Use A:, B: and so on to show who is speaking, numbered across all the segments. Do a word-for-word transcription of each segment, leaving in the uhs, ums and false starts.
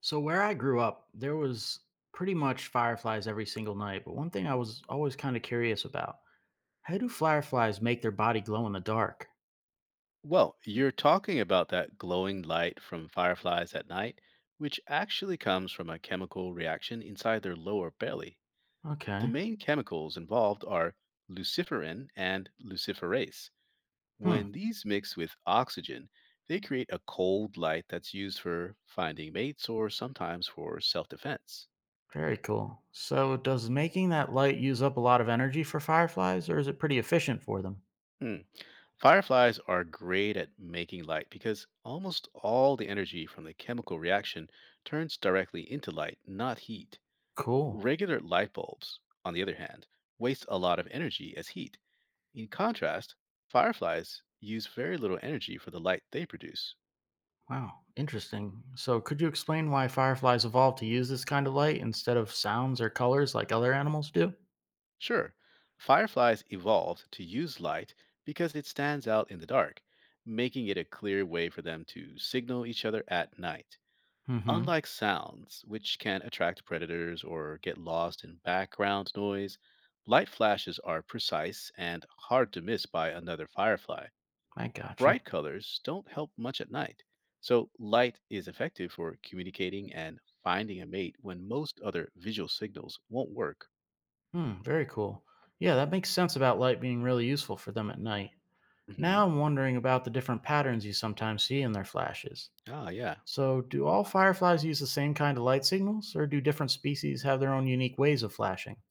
A: So where I grew up, there was pretty much fireflies every single night, but one thing I was always kind of curious about, how do fireflies make their body glow in the dark?
B: Well, you're talking about that glowing light from fireflies at night, which actually comes from a chemical reaction inside their lower belly. The
A: Okay.
B: main chemicals involved are luciferin and luciferase.
A: Hmm,
B: When these mix with oxygen, they create a cold light that's used for finding mates or sometimes for self defense.
A: very cool. So does making that light use up a lot of energy for fireflies, or is it pretty efficient for them?
B: Hmm. Fireflies are great at making light because almost all the energy from the chemical reaction turns directly into light, not heat.
A: Cool.
B: Regular light bulbs, on the other hand, waste a lot of energy as heat. In contrast, fireflies use very little energy for the light they produce.
A: Wow, interesting. So could you explain why fireflies evolved to use this kind of light instead of sounds or colors like other animals do?
B: Sure, fireflies evolved to use light because it stands out in the dark, making it a clear way for them to signal each other at night.
A: Mhm.
B: Unlike sounds, which can attract predators or get lost in background noise, light flashes are precise and hard to miss by another firefly.
A: I gotcha.
B: Bright colors don't help much at night, so light is effective for communicating and finding a mate when most other visual signals won't work.
A: Hmm, very cool. Yeah, that makes sense about light being really useful for them at night.
B: hmm
A: Now I'm wondering about the different patterns you sometimes see in their flashes.
B: Ah, yeah.
A: So, do all fireflies use the same kind of light signals, or do different species have their own unique ways of flashing?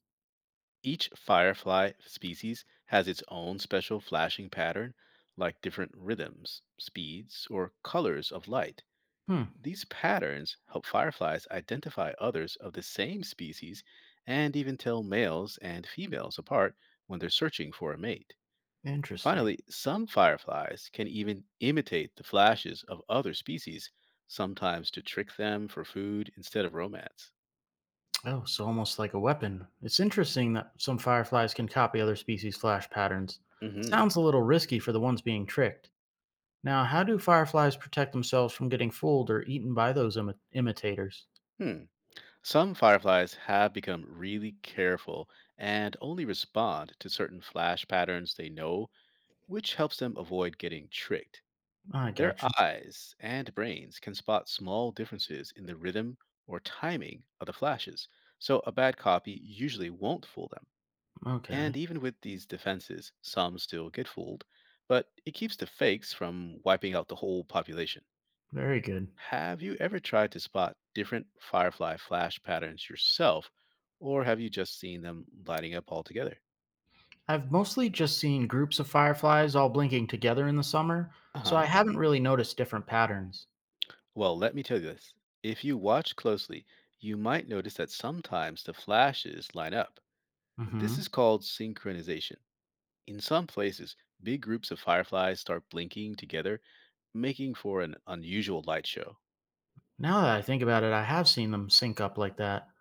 B: Each firefly species has its own special flashing pattern, like different rhythms, speeds, or colors of light.
A: Hmm,
B: These patterns help fireflies identify others of the same species and even tell males and females apart when they're searching for a mate.
A: interesting.
B: Finally, some fireflies can even imitate the flashes of other species, sometimes to trick them for food instead of romance.
A: Oh, so almost like a weapon. It's interesting that some fireflies can copy other species' flash patterns.
B: hmm
A: Sounds a little risky for the ones being tricked. Now, how do fireflies protect themselves from getting fooled or eaten by those imi- imitators?
B: Hmm. Some fireflies have become really careful and only respond to certain flash patterns they know, which helps them avoid getting tricked.
A: I
B: Their
A: gotcha.
B: eyes and brains can spot small differences in the rhythm or timing of the flashes, so a bad copy usually won't fool them. And
A: Okay.
B: even with these defenses, some still get fooled, but it keeps the fakes from wiping out the whole population.
A: Very good.
B: Have you ever tried to spot different firefly flash patterns yourself, or have you just seen them lighting up altogether?
A: I've mostly just seen groups of fireflies all blinking together in the summer,
B: Uh
A: so I
B: huh.
A: haven't really noticed different patterns.
B: Well, let me tell you this. If you watch closely, you might notice that sometimes the flashes line up. This
A: Hmm.
B: is called synchronization. In some places, big groups of fireflies start blinking together, making for an unusual light show.
A: Now that I think about it, I have seen them sync up like that.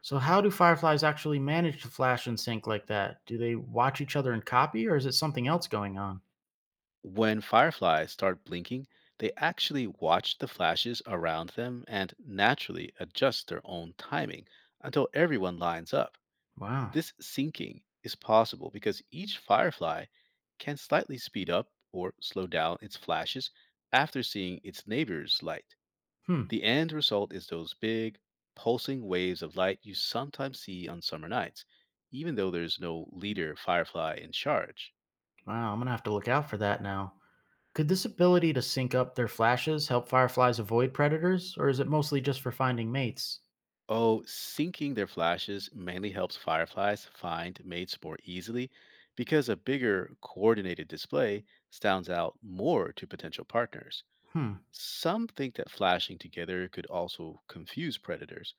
A: So, how do fireflies actually manage to flash and sync like that? Do they watch each other and copy, or is it something else going on?
B: When fireflies start blinking, they actually watch the flashes around them and naturally adjust their own timing until everyone lines up.
A: Wow.
B: This syncing is possible because each firefly can slightly speed up or slow down its flashes after seeing its neighbor's light.
A: Hmm.
B: The end result is those big, pulsing waves of light you sometimes see on summer nights, even though there's no leader firefly in charge.
A: Wow, I'm going to have to look out for that now. Could this ability to sync up their flashes help fireflies avoid predators, or is it mostly just for finding mates?
B: Oh, syncing their flashes mainly helps fireflies find mates more easily because a bigger coordinated display stands out more to potential partners.
A: Hmm.
B: Some think that flashing together could also confuse predators,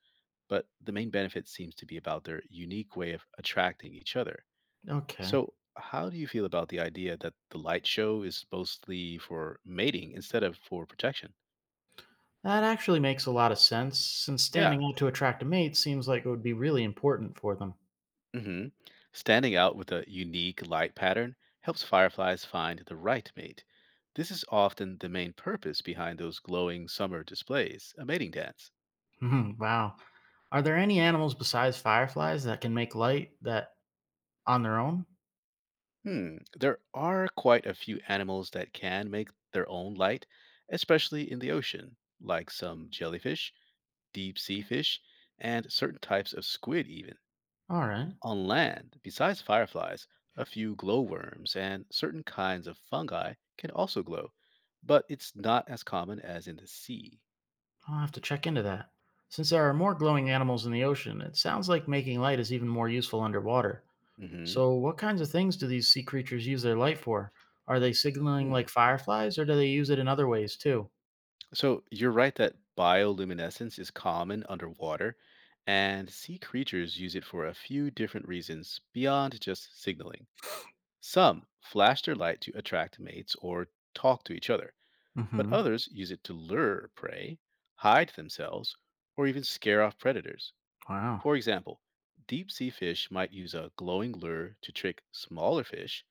B: but the main benefit seems to be about their unique way of attracting each other.
A: Okay.
B: So, how do you feel about the idea that the light show is mostly for mating instead of for protection?
A: That actually makes a lot of sense, since standing
B: Yeah,
A: out to attract a mate seems like it would be really important for them.
B: hmm standing out with a unique light pattern helps fireflies find the right mate. This is often the main purpose behind those glowing summer displays, a mating dance.
A: Wow. Are there any animals besides fireflies that can make light that on their own?
B: Hmm, there are quite a few animals that can make their own light, especially in the ocean, like some jellyfish, deep sea fish, and certain types of squid, even.
A: All right,
B: On land, besides fireflies, a few glowworms and certain kinds of fungi can also glow, but it's not as common as in the sea.
A: I'll have to check into that. Since there are more glowing animals in the ocean, it sounds like making light is even more useful underwater.
B: hmm
A: So, what kinds of things do these sea creatures use their light for? Are they signaling
B: Hmm.
A: like fireflies, or do they use it in other ways too?
B: So you're right that bioluminescence is common underwater, and sea creatures use it for a few different reasons beyond just signaling. Some flash their light to attract mates or talk to each other, but
A: Hmm.
B: others use it to lure prey, hide themselves, or even scare off predators.
A: Wow.
B: For example, deep sea fish might use a glowing lure to trick smaller fish,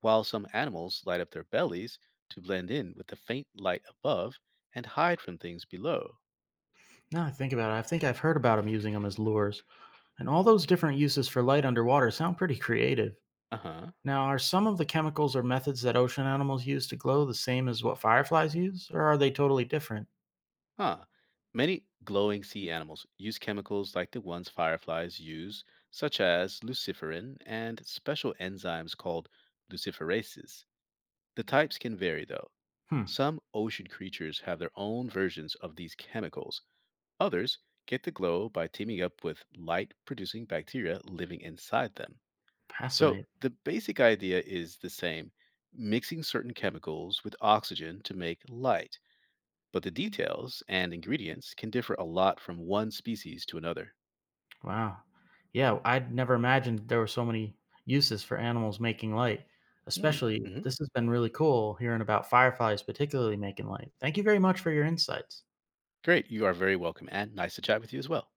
B: while some animals light up their bellies to blend in with the faint light above and hide from things below.
A: Now I think about it, I think I've heard about them using them as lures. And all those different uses for light underwater sound pretty creative.
B: Uh huh.
A: Now, are some of the chemicals or methods that ocean animals use to glow the same as what fireflies use, or are they totally different?
B: Huh. Many glowing sea animals use chemicals like the ones fireflies use, such as luciferin and special enzymes called luciferases. The types can vary, though.
A: Hmm,
B: Some ocean creatures have their own versions of these chemicals. Others get the glow by teaming up with light producing bacteria living inside them. So
A: fascinating.
B: the basic idea is the same, mixing certain chemicals with oxygen to make light, but the details and ingredients can differ a lot from one species to another.
A: Wow. Yeah, I'd never imagined there were so many uses for animals making light.
B: Hmm.
A: Especially,
B: Mhm.
A: this has been really cool hearing about fireflies, particularly making light. Thank you very much for your insights.
B: Great. You are very welcome and nice to chat with you as well.